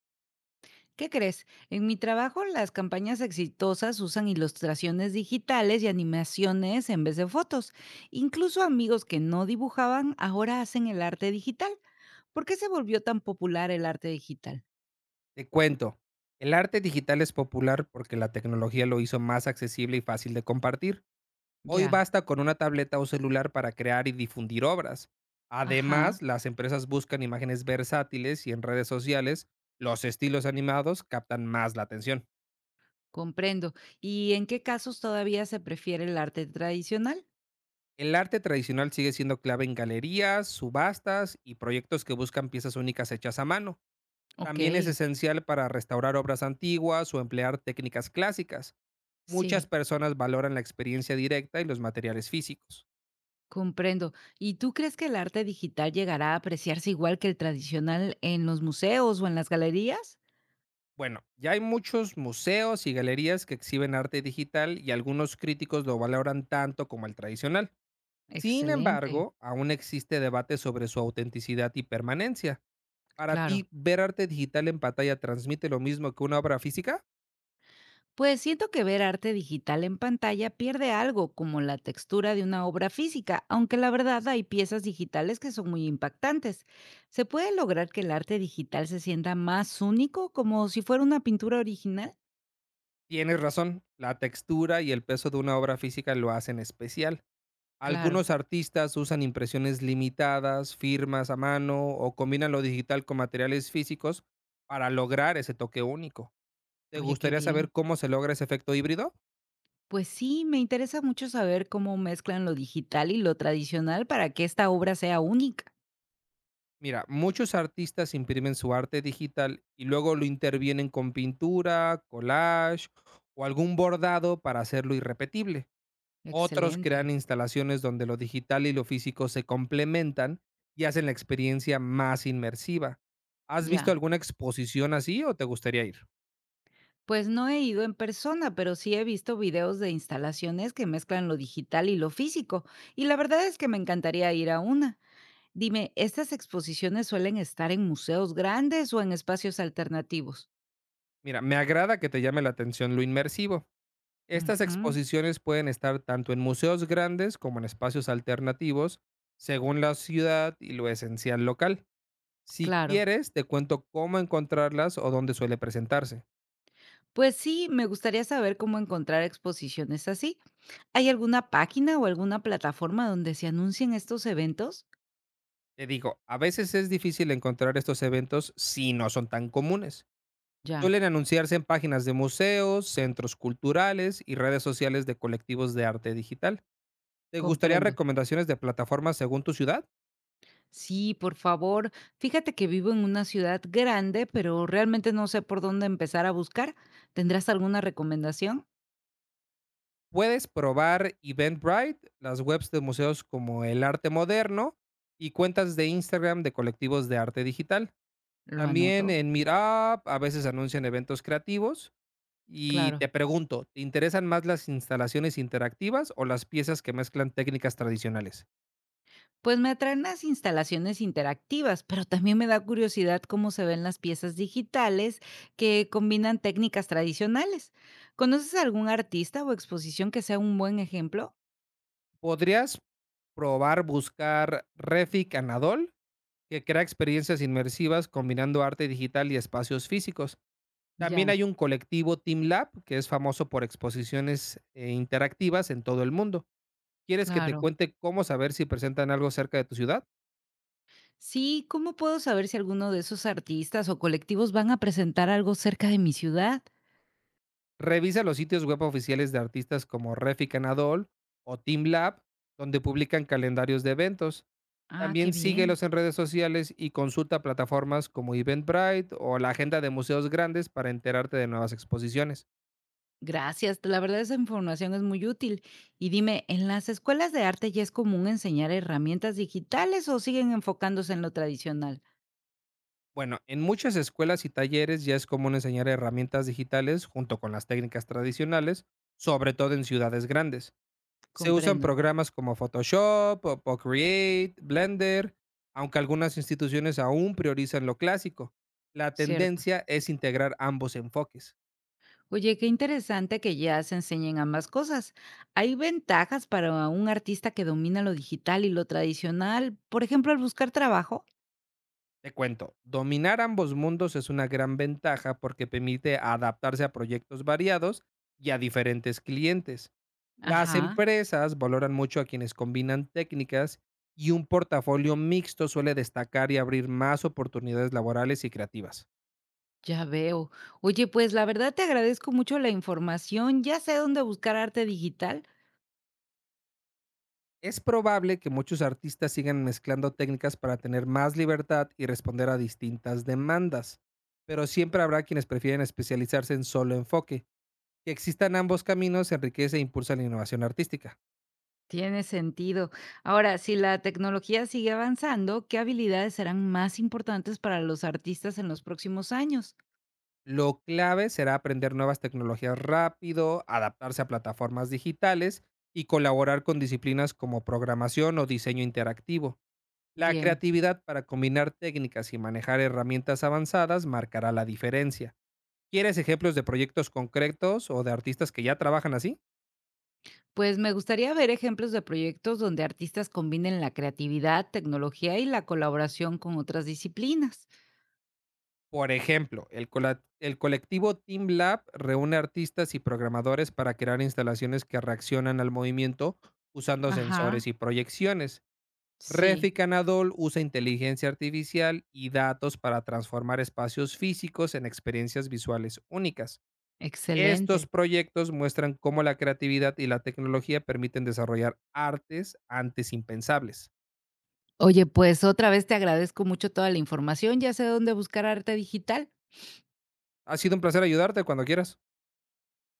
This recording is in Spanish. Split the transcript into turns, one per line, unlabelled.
¿Qué crees? En mi trabajo, las campañas exitosas usan ilustraciones digitales y animaciones en vez de fotos. Incluso amigos que no dibujaban ahora hacen el arte digital. ¿Por qué se volvió tan popular el arte digital?
Te cuento, el arte digital es popular porque la tecnología lo hizo más accesible y fácil de compartir. Hoy
Ya,
basta con una tableta o celular para crear y difundir obras.
ajá,
Además, las empresas buscan imágenes versátiles y en redes sociales los estilos animados captan más la atención.
comprendo. ¿Y en qué casos todavía se prefiere el arte tradicional?
El arte tradicional sigue siendo clave en galerías, subastas y proyectos que buscan piezas únicas hechas a mano.
Ok,
También es esencial para restaurar obras antiguas o emplear técnicas clásicas. Muchas
sí,
personas valoran la experiencia directa y los materiales físicos.
comprendo. ¿Y tú crees que el arte digital llegará a apreciarse igual que el tradicional en los museos o en las galerías?
Bueno, ya hay muchos museos y galerías que exhiben arte digital y algunos críticos lo valoran tanto como el tradicional. Sin
Excelente,
embargo, aún existe debate sobre su autenticidad y permanencia. Para
claro.
ti, ¿ver arte digital en pantalla transmite lo mismo que una obra física?
Pues siento que ver arte digital en pantalla pierde algo, como la textura de una obra física, aunque la verdad hay piezas digitales que son muy impactantes. ¿Se puede lograr que el arte digital se sienta más único, como si fuera una pintura original?
Tienes razón, la textura y el peso de una obra física lo hacen especial.
Claro,
Algunos artistas usan impresiones limitadas, firmas a mano o combinan lo digital con materiales físicos para lograr ese toque único. ¿Te
oye, qué
gustaría
bien.
saber cómo se logra ese efecto híbrido?
Pues sí, me interesa mucho saber cómo mezclan lo digital y lo tradicional para que esta obra sea única.
Mira, muchos artistas imprimen su arte digital y luego lo intervienen con pintura, collage o algún bordado para hacerlo irrepetible. Otros
Excelente.
crean instalaciones donde lo digital y lo físico se complementan y hacen la experiencia más inmersiva. ¿Has visto
Ya.
alguna exposición así o te gustaría ir?
Pues no he ido en persona, pero sí he visto videos de instalaciones que mezclan lo digital y lo físico, y la verdad es que me encantaría ir a una. Dime, ¿estas exposiciones suelen estar en museos grandes o en espacios alternativos?
Mira, me agrada que te llame la atención lo inmersivo. Estas
Ujú,
exposiciones pueden estar tanto en museos grandes como en espacios alternativos, según la ciudad y lo esencial local. Si
claro.
quieres, te cuento cómo encontrarlas o dónde suele presentarse.
Pues sí, me gustaría saber cómo encontrar exposiciones así. ¿Hay alguna página o alguna plataforma donde se anuncien estos eventos?
Te digo, a veces es difícil encontrar estos eventos si no son tan comunes.
Ya,
Suelen anunciarse en páginas de museos, centros culturales y redes sociales de colectivos de arte digital. ¿Te gustaría
comprendo.
recomendaciones de plataformas según tu ciudad?
Sí, por favor. Fíjate que vivo en una ciudad grande, pero realmente no sé por dónde empezar a buscar. ¿Tendrás alguna recomendación?
Puedes probar Eventbrite, las webs de museos como El Arte Moderno y cuentas de Instagram de colectivos de arte digital.
Lo
También
anoto,
en Meetup a veces anuncian eventos creativos. Y
claro.
te pregunto, ¿te interesan más las instalaciones interactivas o las piezas que mezclan técnicas tradicionales?
Pues me atraen las instalaciones interactivas, pero también me da curiosidad cómo se ven las piezas digitales que combinan técnicas tradicionales. ¿Conoces algún artista o exposición que sea un buen ejemplo?
¿Podrías probar buscar Refi Canadol, que crea experiencias inmersivas combinando arte digital y espacios físicos? También
Ya,
hay un colectivo Team Lab que es famoso por exposiciones interactivas en todo el mundo. ¿Quieres que te
claro.
cuente cómo saber si presentan algo cerca de tu ciudad?
Sí, ¿cómo puedo saber si alguno de esos artistas o colectivos van a presentar algo cerca de mi ciudad?
Revisa los sitios web oficiales de artistas como Refi Canadol o Team Lab, donde publican calendarios de eventos.
Ah, qué
También
bien.
síguelos en redes sociales y consulta plataformas como Eventbrite o la agenda de museos grandes para enterarte de nuevas exposiciones.
Gracias. La verdad esa información es muy útil. Y dime, ¿en las escuelas de arte ya es común enseñar herramientas digitales o siguen enfocándose en lo tradicional?
Bueno, en muchas escuelas y talleres ya es común enseñar herramientas digitales junto con las técnicas tradicionales, sobre todo en ciudades grandes. Se usan
Comprendo,
programas como Photoshop o Procreate, Blender, aunque algunas instituciones aún priorizan lo clásico. La
cierto.
tendencia es integrar ambos enfoques.
Oye, qué interesante que ya se enseñen ambas cosas. ¿Hay ventajas para un artista que domina lo digital y lo tradicional, por ejemplo, al buscar trabajo?
Te cuento, dominar ambos mundos es una gran ventaja porque permite adaptarse a proyectos variados y a diferentes clientes. Las
Ajá,
empresas valoran mucho a quienes combinan técnicas y un portafolio mixto suele destacar y abrir más oportunidades laborales y creativas.
ya veo. Oye, pues la verdad te agradezco mucho la información. Ya sé dónde buscar arte digital.
Es probable que muchos artistas sigan mezclando técnicas para tener más libertad y responder a distintas demandas, pero siempre habrá quienes prefieren especializarse en solo enfoque. Que existan ambos caminos enriquece e impulsa la innovación artística.
Tiene sentido. Ahora, si la tecnología sigue avanzando, ¿qué habilidades serán más importantes para los artistas en los próximos años?
Lo clave será aprender nuevas tecnologías rápido, adaptarse a plataformas digitales y colaborar con disciplinas como programación o diseño interactivo. La
Bien,
creatividad para combinar técnicas y manejar herramientas avanzadas marcará la diferencia. ¿Quieres ejemplos de proyectos concretos o de artistas que ya trabajan así?
pues me gustaría ver ejemplos de proyectos donde artistas combinen la creatividad, tecnología y la colaboración con otras disciplinas.
Por ejemplo, el colectivo Team Lab reúne artistas y programadores para crear instalaciones que reaccionan al movimiento usando
Ajá,
sensores y proyecciones. Refi
sí,
Canadol usa inteligencia artificial y datos para transformar espacios físicos en experiencias visuales únicas. Estos
excelente.
proyectos muestran cómo la creatividad y la tecnología permiten desarrollar artes antes impensables.
Oye, pues otra vez te agradezco mucho toda la información, ya sé dónde buscar arte digital.
Ha sido un placer ayudarte cuando quieras.